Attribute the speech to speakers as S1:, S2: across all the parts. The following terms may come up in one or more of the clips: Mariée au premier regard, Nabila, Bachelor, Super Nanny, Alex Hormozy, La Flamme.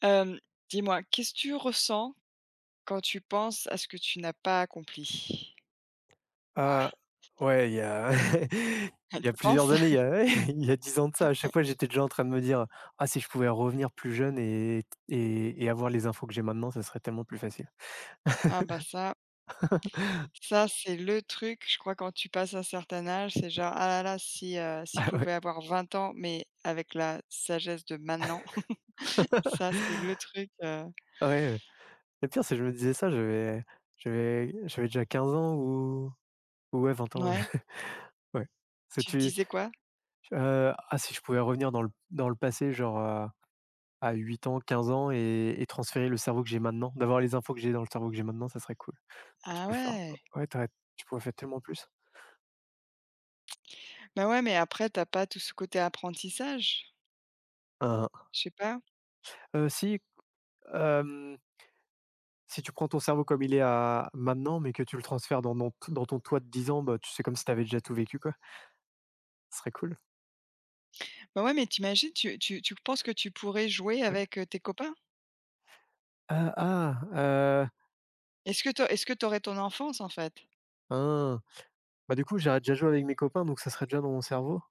S1: Hem, Dis-moi, qu'est-ce que tu ressens quand tu penses à ce que tu n'as pas accompli?
S2: Ah,
S1: Ah!
S2: ouais, il y a il y a
S1: Tu
S2: plusieurs
S1: penses?
S2: années, il y a il y a 10 ans de ça. À chaque fois, j'étais déjà en train de me dire: «Ah, si je pouvais revenir plus jeune et et avoir les infos que j'ai maintenant, ça serait tellement plus facile».
S1: Ah bah ça c'est le truc, je crois quand tu passes un certain âge, c'est genre: «Ah là là, si je
S2: Ah ouais.
S1: pouvais avoir 20 ans, mais avec la sagesse de maintenant». Ça c'est le truc,
S2: Ouais, le pire, c'est que je me disais ça, j'avais déjà 15 ans ou ouais, 20 ans, ouais.
S1: ouais.
S2: Ouais. C'est
S1: Tu te
S2: tu,
S1: disais quoi?
S2: «Ah, si je pouvais revenir dans le passé, genre,» À 8 ans, 15 ans et transférer le cerveau que j'ai maintenant, d'avoir les infos que j'ai dans le cerveau que j'ai maintenant, ça serait cool. Ça, tu
S1: Ah
S2: peux faire,
S1: ouais!
S2: ouais, tu pourrais faire tellement plus.
S1: Bah ouais, mais après t'as pas tout ce côté apprentissage?
S2: Hein, hein.
S1: Je sais pas.
S2: Si, hem, si tu prends ton cerveau comme il est à maintenant, mais que tu le transfères dans, non, dans ton toi de 10 ans, bah, tu sais, comme si tu avais déjà tout vécu, quoi. Ce serait cool.
S1: Bah ouais, mais tu imagines, tu penses que tu pourrais jouer
S2: Ouais.
S1: avec, tes copains?
S2: Ah, ah, heu,
S1: Est-ce que tu est-ce que t'aurais ton enfance, en fait?
S2: hein, bah, du coup, j'aurais déjà joué avec mes copains, donc ça serait déjà dans mon cerveau.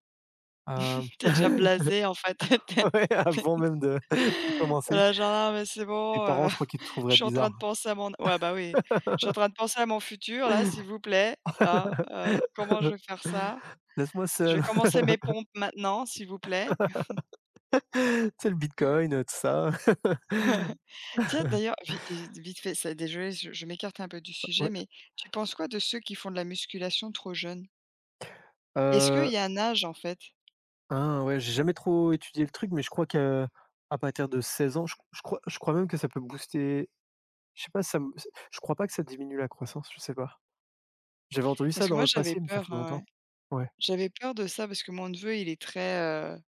S1: Tu
S2: Hem,
S1: es déjà blasé en fait.
S2: ouais, avant même de de
S1: Tu es
S2: commencer.
S1: là genre: «Ah mais c'est
S2: Mes
S1: bon,
S2: parents, je crois qu'ils me
S1: je
S2: trouveraient
S1: suis en train
S2: bizarre.
S1: de penser à mon» ouais, bah, oui. «Je suis en train de penser à mon futur là, s'il vous plaît, hein, comment je vais faire ça?
S2: Laisse-moi
S1: Je vais
S2: seul.
S1: commencer mes pompes maintenant, s'il vous plaît».
S2: C'est le bitcoin, tout ça.
S1: Tiens d'ailleurs, vi vite fait, ça désolée, je m'écarte un peu du sujet,
S2: Ouais,
S1: mais tu penses quoi de ceux qui font de la musculation trop jeunes? Est-ce qu'il
S2: heu,
S1: y a un âge en fait?
S2: hein, ouais, j'ai jamais trop étudié le truc, mais je crois qu'à à partir de 16 ans, je crois même que ça peut booster, je sais pas. Ça me, je crois pas que ça diminue la croissance, je sais pas. J'avais entendu
S1: Parce
S2: ça
S1: que
S2: dans
S1: moi
S2: le
S1: j'avais
S2: passé, mais ça
S1: peur,
S2: fait
S1: hein, ouais.
S2: longtemps. Ouais.
S1: J'avais peur de ça parce que mon neveu il est très,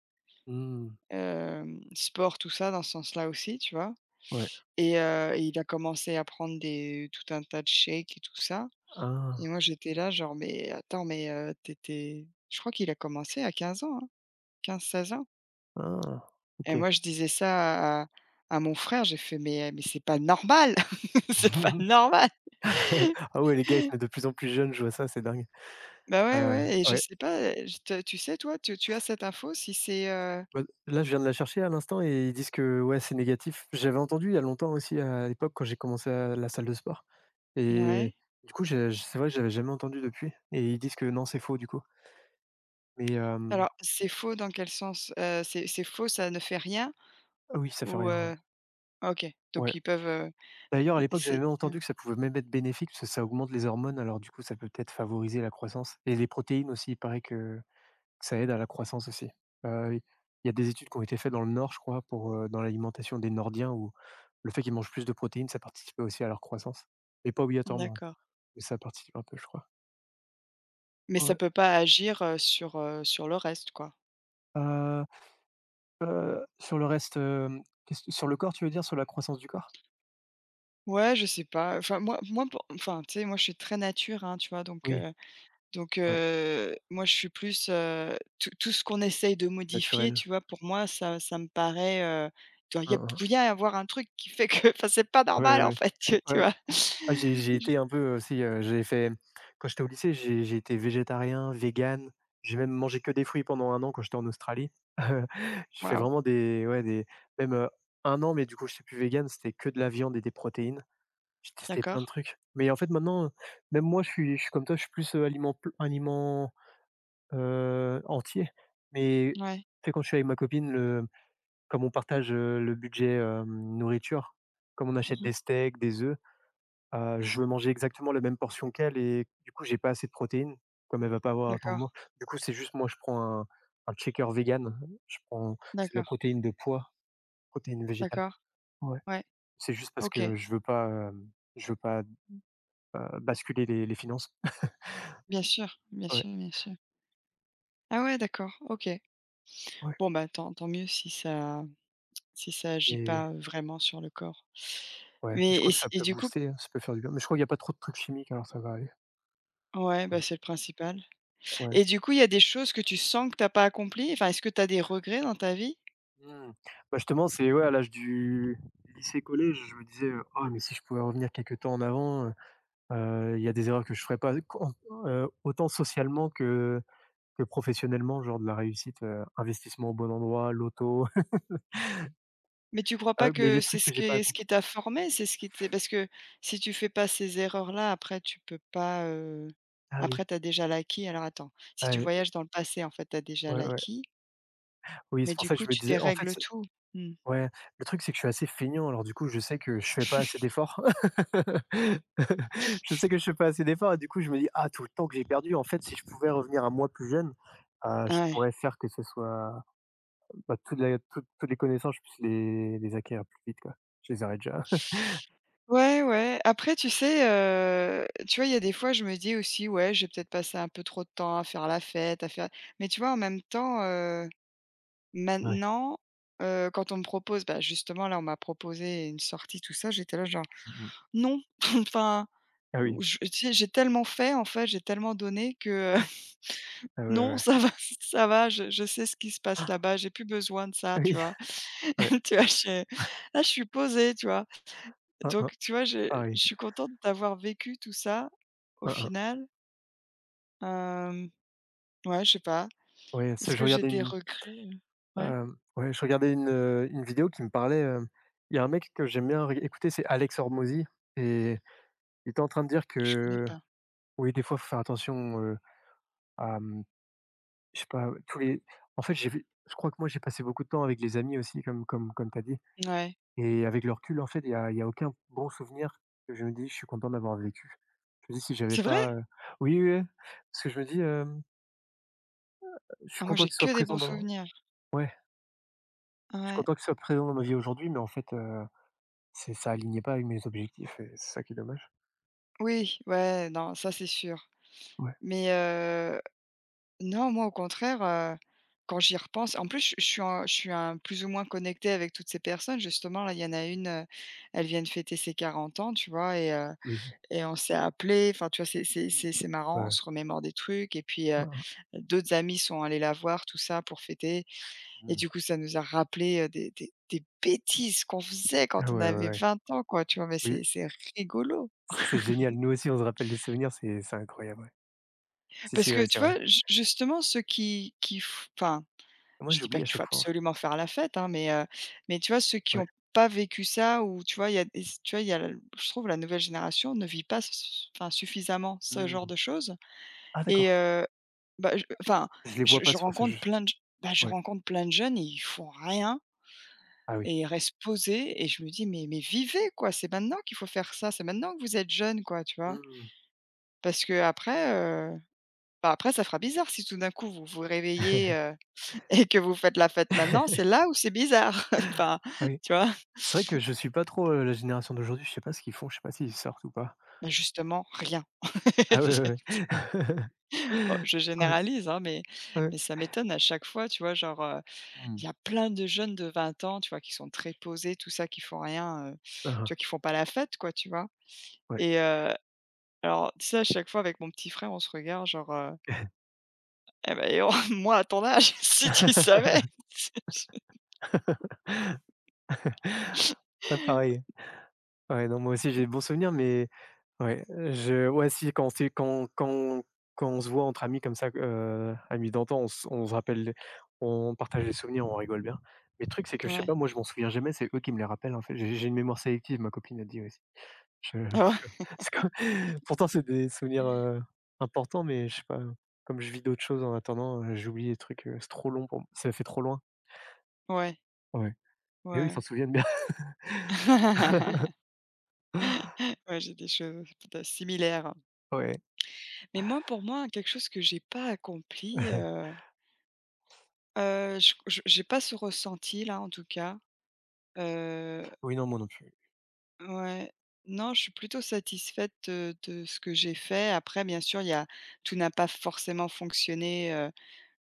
S2: Mmh,
S1: sport tout ça dans ce sens-là aussi, tu vois?
S2: ouais.
S1: Et il a commencé à prendre des tout un tas de shakes et tout ça et
S2: Ah,
S1: moi j'étais là genre: «Mais attends, mais tu je crois qu'il a commencé à 15 ans, hein, 15-16 ans
S2: ah,
S1: et
S2: OK.
S1: moi je disais ça à mon frère, j'ai fait: «Mais c'est pas normal! C'est pas normal!»
S2: Ah ouais, les gars, ils se mettent de plus en plus jeunes, je vois ça, c'est dingue.
S1: Bah, ouais, ouais et je
S2: Ouais.
S1: sais pas, je te tu sais toi, tu as cette info si c'est,
S2: Bah, là, je viens de la chercher à l'instant et ils disent que ouais, c'est négatif. J'avais entendu il y a longtemps aussi, à l'époque, quand j'ai commencé à la salle de sport
S1: ouais.
S2: et du coup, j'ai j c'est vrai que j'avais jamais entendu depuis, et ils disent que non, c'est faux du coup. Mais
S1: Alors c'est faux dans quel sens? C'est faux, ça ne fait rien
S2: ah oui, ça fait
S1: ou
S2: rien, ouais.
S1: heu? OK,
S2: Ouais.
S1: donc ils peuvent,
S2: D'ailleurs, à
S1: l
S2: l'époque, j'avais
S1: c'est,
S2: même entendu que ça pouvait même être bénéfique parce que ça augmente les hormones, alors du coup, ça peut peut-être favoriser la croissance, et les protéines aussi, il paraît que ça aide à la croissance aussi. Heu, il y a des études qui ont été faites dans le Nord, je crois, pour, dans l'alimentation des Nordiens, où le fait qu'ils mangent plus de protéines, ça participait aussi à leur croissance, mais pas obligatoirement,
S1: d'accord.
S2: mais ça participe un peu, je crois.
S1: Mais ça
S2: Ouais.
S1: peut pas agir, sur le reste, quoi.
S2: Heu sur le reste, sur le corps, tu veux dire? Sur la croissance du corps?
S1: Ouais, je sais pas, enfin moi pour enfin tu sais, moi je suis très nature, hein, tu vois? Donc
S2: Oui,
S1: heu donc
S2: ouais,
S1: heu, moi je suis plus, tout ce qu'on essaye de modifier,
S2: naturel.
S1: tu vois? Pour moi ça me paraît, tu vois? Il y a
S2: Mmh mh.
S1: il y a avoir un truc qui fait que enfin c'est pas
S2: Ouais, ouais,
S1: normal en
S2: ouais.
S1: fait, tu
S2: Ouais.
S1: vois?
S2: Ah, j'ai été un peu aussi, j'ai fait, quand j'étais au lycée, j'ai été végétarien, vegan, j'ai même mangé que des fruits pendant 1 an quand j'étais en Australie. J'ai fait
S1: Waouh,
S2: vraiment, des ouais, des, même, 1 an, mais du coup, je j'étais plus vegan, c'était que de la viande et des protéines. J'ai testé plein de
S1: d'accord,
S2: trucs. Mais en fait, maintenant, même moi, je suis comme toi, je suis plus, aliment, pl aliment, entier. Mais tu
S1: ouais.
S2: sais, quand je suis avec ma copine, le, comme on partage, le budget, nourriture, comme on achète
S1: Mmh.
S2: des steaks, des œufs, je veux manger exactement la même portion qu'elle, et du coup, j'ai pas assez de protéines, comme elle va pas avoir autant que
S1: D'accord,
S2: moi. Du coup, c'est juste moi, je prends un shaker vegan. Je prends, c'est de la
S1: d'accord,
S2: protéine de pois, protéine végétale.
S1: d'accord,
S2: Ouais.
S1: ouais,
S2: C'est juste parce
S1: OK.
S2: que je veux pas, je veux pas, basculer les finances.
S1: Bien sûr, bien
S2: Ouais,
S1: sûr, bien sûr. Ah ouais, d'accord, OK.
S2: ouais,
S1: Bon bah tant mieux si ça agit
S2: mais
S1: pas vraiment sur le corps.
S2: ouais, mais je
S1: Mais
S2: crois que ça
S1: et
S2: peut
S1: du coup
S2: booster, hein, ça peut faire du bien. Mais je crois qu'il y a pas trop de trucs chimiques, alors ça va aller.
S1: ouais,
S2: Ça
S1: bah,
S2: va.
S1: c'est le principal.
S2: Ouais.
S1: Et du coup, il y a des choses que tu sens que t'as pas accomplies? Enfin, est-ce que tu as des regrets dans ta vie?
S2: Mmh. Bah, justement, c'est, ouais, à l'âge du lycée-collège, je me disais: «Ah, mais si je pouvais revenir quelques temps en avant, il y a des erreurs que je ferais pas». Quand, autant socialement que professionnellement, genre de la réussite, investissement au bon endroit, l'auto.
S1: Mais tu crois
S2: Ah
S1: pas
S2: oui, mais
S1: que
S2: des
S1: c'est
S2: trucs que
S1: ce
S2: j'ai pas
S1: qui ce qui
S2: accomplis.
S1: t'a formé? C'est ce qui t'est parce que si tu fais pas ces erreurs-là, après tu peux pas,
S2: Ah oui,
S1: après t'as déjà l'acquis. Alors attends, si tu
S2: ah,
S1: voyages dans le passé, en fait, t'as déjà
S2: ouais, ouais.
S1: l'acquis,
S2: Oui,
S1: mais
S2: c'est pour
S1: du
S2: ça que
S1: coup,
S2: je me
S1: tu
S2: disais, en fait.
S1: dérègles tout. Mmh.
S2: Ouais, le truc, c'est que je suis assez feignant, alors du coup, je sais que je fais pas assez d'efforts. Je sais que je fais pas assez d'efforts, et du coup, je me dis: «Ah, tout le temps que j'ai perdu, en fait, si je pouvais revenir à moi plus jeune, je
S1: Ah ouais.
S2: pourrais faire que ce soit, bah, toutes les connaissances, je puisse les acquérir plus vite, quoi». Je les aurais déjà.
S1: Ouais, ouais. Après, tu sais, tu vois, il y a des fois, je me dis aussi: «Ouais, j'ai peut-être passé un peu trop de temps à faire la fête, à faire» mais tu vois, en même temps,
S2: Ouais.
S1: maintenant, quand on me propose, bah, justement, là, on m'a proposé une sortie, tout ça, j'étais là, genre:
S2: Mmh.
S1: «Non!» enfin,
S2: Ah oui.
S1: je tu sais, j'ai tellement fait, en fait, j'ai tellement donné que,
S2: Ah ouais, ouais,
S1: non,
S2: ouais.
S1: ça va, ça va, je sais ce qui se passe là-bas, j'ai plus besoin de ça, tu
S2: Oui,
S1: vois?
S2: ouais.
S1: Tu vois, je là, je suis posée, tu vois?
S2: Hein, hein.
S1: Donc tu vois, je
S2: Ah oui.
S1: je suis contente d'avoir vécu tout ça au
S2: Hein, hein.
S1: final. Hem, ouais, je sais pas.
S2: Ouais, ce,
S1: Est-ce
S2: je
S1: que j'ai
S2: regardais
S1: des
S2: une,
S1: regrets? Ouais,
S2: ouais, je regardais une vidéo qui me parlait, il y a un mec que j'aime bien, reg, écouter, c'est Alex Hormozy, et il était en train de dire
S1: je connais
S2: que
S1: pas.
S2: oui, des fois, faut faire attention, à, mmh, je sais pas, tous les, en fait, j'ai vu, je crois que moi, j'ai passé beaucoup de temps avec les amis aussi, comme comme t'as dit,
S1: Ouais.
S2: et avec le recul, en fait, il y a aucun bon souvenir que je me dis: «Je suis content d'avoir vécu». Je me dis, si j'avais
S1: C'est vrai?
S2: pas, oui, oui, oui, parce que je me dis, hem: «Je suis
S1: Ah moi
S2: content
S1: j'ai
S2: qu'il soit
S1: que des
S2: présent
S1: bons
S2: dans»,
S1: souvenirs.
S2: ouais, «je suis
S1: Ouais.
S2: content qu'il soit présent dans ma vie aujourd'hui», mais en fait, c'est, ça alignait pas avec mes objectifs, et c'est ça qui est dommage.
S1: Oui, ouais, non, ça c'est sûr.
S2: Ouais,
S1: Mais non, moi au contraire, quand j'y repense en plus je suis un plus ou moins connectée avec toutes ces personnes justement là, il y en a une, elle vient de fêter ses 40 ans, tu vois? Et heu
S2: oui,
S1: Et on s'est appelé, enfin, tu vois, c'est
S2: ouais,
S1: marrant, on
S2: ouais.
S1: se remémore des trucs et puis, d'autres amis sont allés la voir, tout ça, pour fêter et
S2: Mmh mh.
S1: du coup, ça nous a rappelé, des bêtises qu'on faisait
S2: Ah
S1: quand on
S2: ouais, ouais,
S1: avait
S2: ouais.
S1: 20 ans, quoi, tu vois? Mais
S2: Oui.
S1: c'est rigolo.
S2: C'est génial, nous aussi on se rappelle des souvenirs, c'est incroyable, ouais. Si,
S1: Parce
S2: si,
S1: que,
S2: ouais, c'est
S1: tu
S2: vrai.
S1: vois, ju justement, ceux qui f enfin,
S2: Moi,
S1: je dis pas
S2: j'oublie à
S1: qu'il faut
S2: chaque fois, en fait,
S1: absolument faire la fête, hein, mais tu vois, ceux qui
S2: ouais.
S1: ont pas vécu ça ou tu vois, il y a des tu vois, il y a l je trouve la nouvelle génération ne vit pas s s enfin, suffisamment ce genre
S2: Mmh.
S1: de choses.
S2: Ah d'accord,
S1: Et bah, je enfin,
S2: je les
S1: je
S2: vois pas
S1: je
S2: sur ce
S1: rencontre
S2: jeu.
S1: plein de bah, je
S2: Ouais.
S1: rencontre plein de jeunes, et ils font rien
S2: Ah oui.
S1: et ils restent posés et je me dis: «Mais vivez, quoi, c'est maintenant qu'il faut faire ça, c'est maintenant que vous êtes jeunes, quoi», tu vois?
S2: Mmh.
S1: Parce qu'après, bah, après ça fera bizarre si tout d'un coup vous vous réveillez, et que vous faites la fête maintenant, c'est là où c'est bizarre. Enfin,
S2: Oui.
S1: tu vois?
S2: C'est vrai que je suis pas trop, la génération d'aujourd'hui, je sais pas ce qu'ils font, je sais pas s'ils sortent ou pas.
S1: Bah, justement rien.
S2: Ah ouais, ouais, ouais.
S1: Je oh, je
S2: Ouais,
S1: généralise, hein, mais
S2: ouais.
S1: mais ça m'étonne à chaque fois, tu vois? Genre,
S2: Mmh.
S1: il y a plein de jeunes de 20 ans, tu vois, qui sont très posés, tout ça, qui font rien, tu vois,
S2: Aha,
S1: qui font pas la fête, quoi, tu vois?
S2: ouais.
S1: Et alors, tu sais, à chaque fois, avec mon petit frère, on se regarde genre, «Eh ben dis donc, moi, à ton âge, si tu savais!»
S2: Ouais, pareil. Ouais, non, moi aussi j'ai de bons souvenirs, mais ouais, je, ouais, si, quand c'est quand on se voit entre amis comme ça, amis d'antan, on se, rappelle, on partage les souvenirs, on rigole bien. Mais le truc, c'est que je sais pas,
S1: Ouais.
S2: moi je m'en souviens jamais, c'est eux qui me les rappellent, en fait. J'ai une mémoire sélective, ma copine a dit aussi. Je,
S1: Ah
S2: c'est comme
S1: ouais,
S2: c'est comme pourtant c'est des souvenirs, importants, mais je sais pas, comme je vis d'autres choses en attendant, j'oublie les trucs, c'est trop long pour, m ça fait trop loin.
S1: ouais,
S2: Ouais. Mais eux, ils s'en
S1: ouais,
S2: souviennent bien.
S1: ouais. Ouais, j'ai des choses peut-être similaires.
S2: Ouais.
S1: Mais moi, pour moi, quelque chose que j'ai pas accompli, je j'ai pas ce ressenti-là, en tout cas, heu
S2: Oui, non, moi non plus.
S1: ouais. Non, je suis plutôt satisfaite, de ce que j'ai fait. Après, bien sûr, il y a tout n'a pas forcément fonctionné,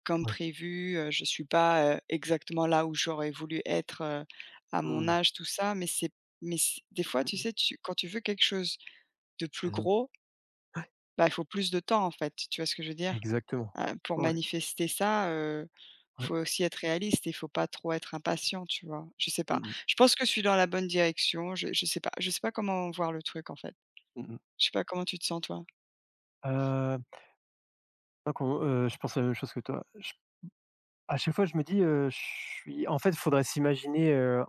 S1: comme
S2: Ouais.
S1: prévu, je suis pas, exactement là où j'aurais voulu être, à mon
S2: Mmh.
S1: âge, tout ça, mais c'est mais c des fois, tu
S2: Mmh.
S1: sais, tu quand tu veux quelque chose de plus
S2: Mmh mmh.
S1: gros, bah, il faut plus de temps, en fait, tu vois ce que je veux dire?
S2: Exactement.
S1: Pour
S2: Ouais,
S1: manifester ça, faut
S2: ouais.
S1: aussi être réaliste. Il faut pas trop être impatient, tu vois? Je sais
S2: Mmh
S1: pas.
S2: mh.
S1: Je pense que je suis dans la bonne direction, je sais pas comment voir le truc, en fait.
S2: Mmh mh.
S1: Je sais pas comment tu te sens toi?
S2: Heu, donc on, je pense la même chose que toi. J À chaque fois, je me dis, je suis, en fait, faudrait s'imaginer,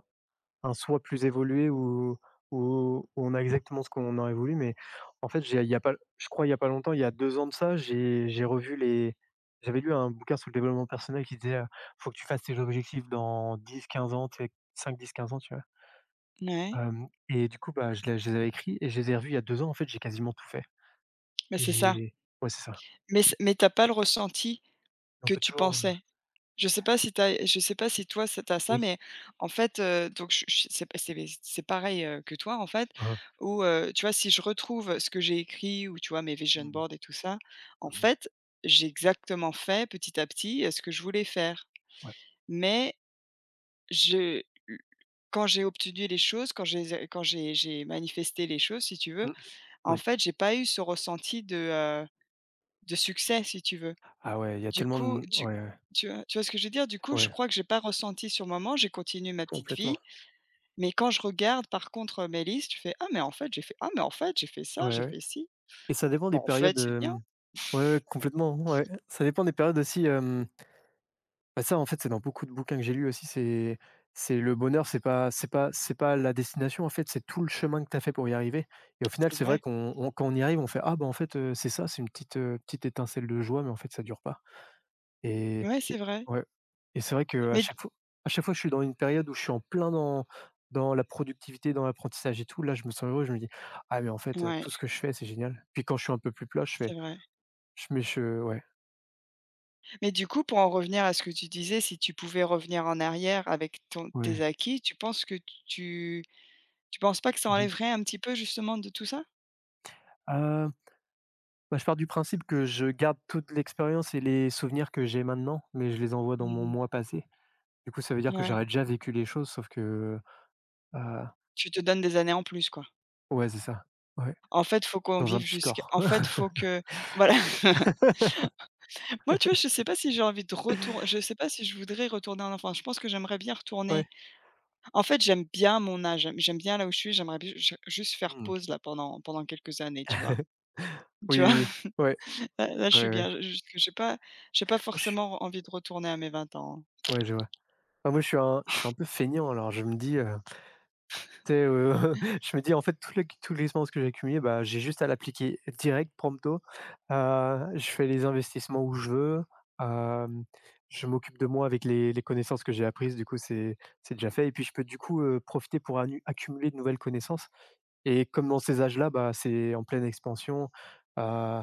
S2: un soi plus évolué, où on a exactement ce qu'on aurait voulu. Mais en fait, j'ai, il y a pas, je crois, il y a pas longtemps, il y a 2 ans de ça, j'ai revu les, j'avais lu un bouquin sur le développement personnel qui disait, «Faut que tu fasses tes objectifs dans 10 15 ans, tu sais, 5-10-15 ans, tu vois?»
S1: Ouais,
S2: Hem, et du coup, bah, je les, je les avais écrits, et je les ai revus il y a 2 ans, en fait, j'ai quasiment tout fait.
S1: mais c'est ça.
S2: Et ouais, c'est ça.
S1: Mais t'as pas le ressenti
S2: Et, on
S1: que
S2: peut
S1: tu
S2: toujours, heu,
S1: pensais. Je sais pas si t'as. Je sais pas si toi ça tu ça,
S2: oui,
S1: mais en fait, donc je c'est pareil, que toi en fait,
S2: hein, hein.
S1: où, tu vois, si je retrouve ce que j'ai écrit ou tu vois, mes vision
S2: Mmh.
S1: boards et tout ça, en
S2: Mmh.
S1: fait, j'ai exactement fait petit à petit, ce que je voulais faire.
S2: Ouais.
S1: Mais je quand j'ai obtenu les choses, quand j'ai manifesté les choses si tu veux,
S2: Mmh.
S1: en
S2: Oui.
S1: fait, j'ai pas eu ce ressenti de succès, si tu veux.
S2: Ah ouais, il y a
S1: Du
S2: tellement
S1: coup,
S2: de,
S1: du
S2: ouais, ouais,
S1: tu vois ce que je veux dire? Du coup, je
S2: ouais,
S1: crois que j'ai pas ressenti sur le moment, j'ai continué ma petite
S2: complètement.
S1: vie, mais quand je regarde par contre, mes listes, je fais: «Ah mais en fait, j'ai fait ah mais en fait, j'ai fait
S2: Ouais,
S1: ça, j'ai
S2: ouais,
S1: fait ci».
S2: et ça dépend
S1: Bon
S2: des
S1: en fait,
S2: périodes,
S1: c'est bien,
S2: hem ouais, ouais, complètement, ouais. Ça dépend des périodes aussi, bah, ça, en fait, c'est dans beaucoup de bouquins que j'ai lus aussi, c'est le bonheur, c'est pas, c'est pas, c'est pas la destination, en fait, c'est tout le chemin que tu as fait pour y arriver. Et au final,
S1: c'est
S2: c'est vrai
S1: vrai.
S2: qu'on, on, quand on y arrive, on fait: «Ah, bah, en fait, c'est ça, c'est une petite, petite étincelle de joie», mais en fait, ça dure pas. Et
S1: Ouais, c'est
S2: et
S1: vrai.
S2: ouais, et c'est vrai que à
S1: Mais d
S2: chaque fois à chaque fois, je suis dans une période où je suis en plein dans, dans la productivité, dans l'apprentissage et tout, là, je me sens heureux, je me dis: «Ah, mais en fait,
S1: ouais,
S2: tout ce que je fais, c'est génial». Puis quand je suis un peu plus plat, je fais,
S1: c'est vrai.
S2: je mets, je, ouais,
S1: Mais du coup, pour en revenir à ce que tu disais, si tu pouvais revenir en arrière avec ton tes
S2: ouais.
S1: acquis, tu penses que tu tu penses pas que ça
S2: Mmh mh.
S1: enlèverait un petit peu justement de tout ça?
S2: Euh, bah, je pars du principe que je garde toute l'expérience et les souvenirs que j'ai maintenant, mais je les envoie dans mon
S1: Mmh.
S2: moi passé. Du coup, ça veut dire que
S1: Ouais.
S2: j'aurais déjà vécu les choses, sauf que, heu
S1: Tu te donnes des années en plus, quoi.
S2: ouais, c'est ça. Ouais,
S1: En fait, faut qu'on
S2: dans un
S1: vive
S2: petit
S1: jusqu'à
S2: corps.
S1: en fait, faut que voilà. Moi, tu vois, je sais pas si j'ai envie de retour je sais pas si je voudrais retourner en enfance. Je pense que j'aimerais bien
S2: Ouais.
S1: retourner en fait, j'aime bien mon âge, j'aime bien là où je suis, j'aimerais bien ju juste faire
S2: Mmh.
S1: pause là pendant quelques années, tu vois?
S2: Oui, oui,
S1: Tu vois?
S2: oui. Ouais,
S1: Là là, je suis
S2: ouais, ouais.
S1: bien. Je j j'ai pas
S2: Moi, je suis,
S1: forcément envie de retourner à mes 20 ans,
S2: ouais, je vois. Bah, moi, je suis un, je suis un peu feignant, alors je me dis, tu sais,
S1: oui,
S2: je me dis: «En fait, toute, l'expérience que j'ai accumulée, bah, j'ai juste à l'appliquer direct, prompto». Je fais les investissements où je veux, hem, je m'occupe de moi avec les connaissances que j'ai apprises, du coup, c'est déjà fait, et puis je peux, du coup, profiter pour, annu accumuler de nouvelles connaissances, et comme dans ces âges-là, bah, c'est en pleine expansion, heu,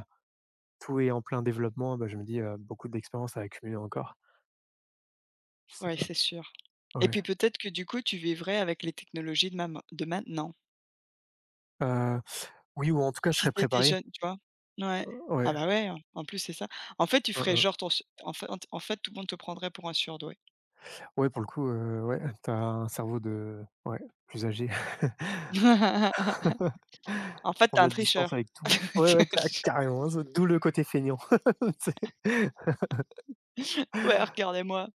S2: tout est en plein développement, bah, je me dis, «Beaucoup d'expérience à accumuler encore». Je sais pas,
S1: c'est sûr et
S2: ouais.
S1: puis peut-être que du coup, tu vivrais avec les technologies de mam de maintenant.
S2: Heu oui, ou en tout cas, je serais
S1: Si tu étais
S2: préparé.
S1: jeune, tu vois? Ouais.
S2: Ouais,
S1: Ah bah ouais, en plus, c'est ça. En fait, tu
S2: hein,
S1: ferais
S2: hein.
S1: genre ton su en fait, tout le monde te prendrait pour un surdoué.
S2: Ouais, pour le coup, ouais, t'as un cerveau de, ouais, plus âgé.
S1: En
S2: Tu
S1: fait,
S2: prends
S1: tu
S2: de
S1: un
S2: la distance
S1: tricheur.
S2: avec tout. Ouais, ouais, ca carrément, z d'où le côté feignant. Tu sais?
S1: «Ouais, regardez-moi»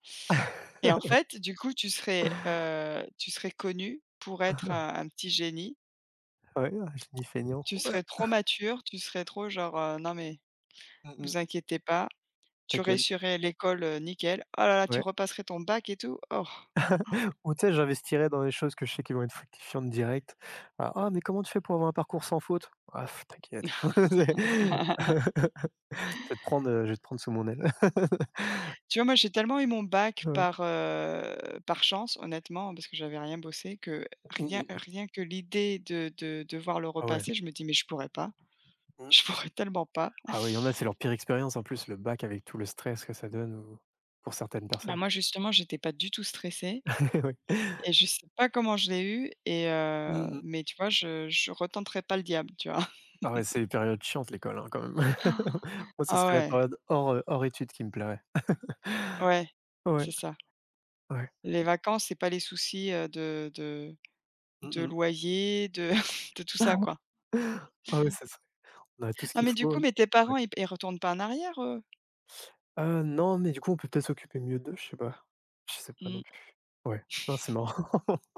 S1: et en fait, du coup, tu serais connu pour être un petit génie.
S2: Ouais, je dis feignant.
S1: Tu
S2: Ouais,
S1: serais trop mature, tu serais trop genre, «Non mais
S2: mmh mh.
S1: vous inquiétez pas». Tu
S2: T'as quel,
S1: réussirais l'école, nickel. Oh là là, tu
S2: ouais.
S1: repasserais ton bac et tout. Oh!
S2: Ou tu sais, j'investirais dans les choses que je sais qui vont être fructifiantes direct. «Ah, ah, mais comment tu fais pour avoir un parcours sans faute?» «Ah pff, t'inquiète». C'est- Je vais te prendre, je vais te prendre sous mon aile.
S1: Tu vois, moi, j'ai tellement eu mon bac
S2: Ouais.
S1: par chance, honnêtement, parce que j'avais rien bossé, que
S2: Mmh
S1: rien
S2: mh.
S1: rien que l'idée de voir le
S2: Ah ouais.
S1: repasser, je me dis: «Mais je pourrais pas,
S2: Mmh.
S1: je pourrais tellement pas».
S2: Ah oui, il y en a, c'est leur pire expérience en plus, le bac, avec tout le stress que ça donne, ou pour certaines
S1: Bah,
S2: personnes.
S1: moi, justement, j'étais pas du tout stressée
S2: Oui.
S1: et je sais pas comment je l'ai eu
S2: Mmh mh.
S1: mais tu vois, je retenterai pas le diable, tu vois?
S2: Ah ouais, c'est les périodes chiantes, l'école, hein, quand même. Moi, ce
S1: Ah
S2: serait la
S1: ouais,
S2: période hors, hors études qui me plairait.
S1: ouais, c'est
S2: Ouais,
S1: ça.
S2: ouais.
S1: Les vacances, c'est pas les soucis, de de
S2: Mmh
S1: de
S2: mh.
S1: loyer, de de tout ça, quoi.
S2: Ah ouais, c'est ça, serait. On a tout ce
S1: Ah
S2: qu'il
S1: mais du
S2: faut,
S1: coup, mais tes
S2: ouais.
S1: parents, ils retournent pas en arrière, eux?
S2: Non, mais du coup, on peut peut-être s'occuper mieux d'eux, je sais pas. Je sais pas non
S1: Mmh.
S2: plus. Ouais. Non, c'est marrant.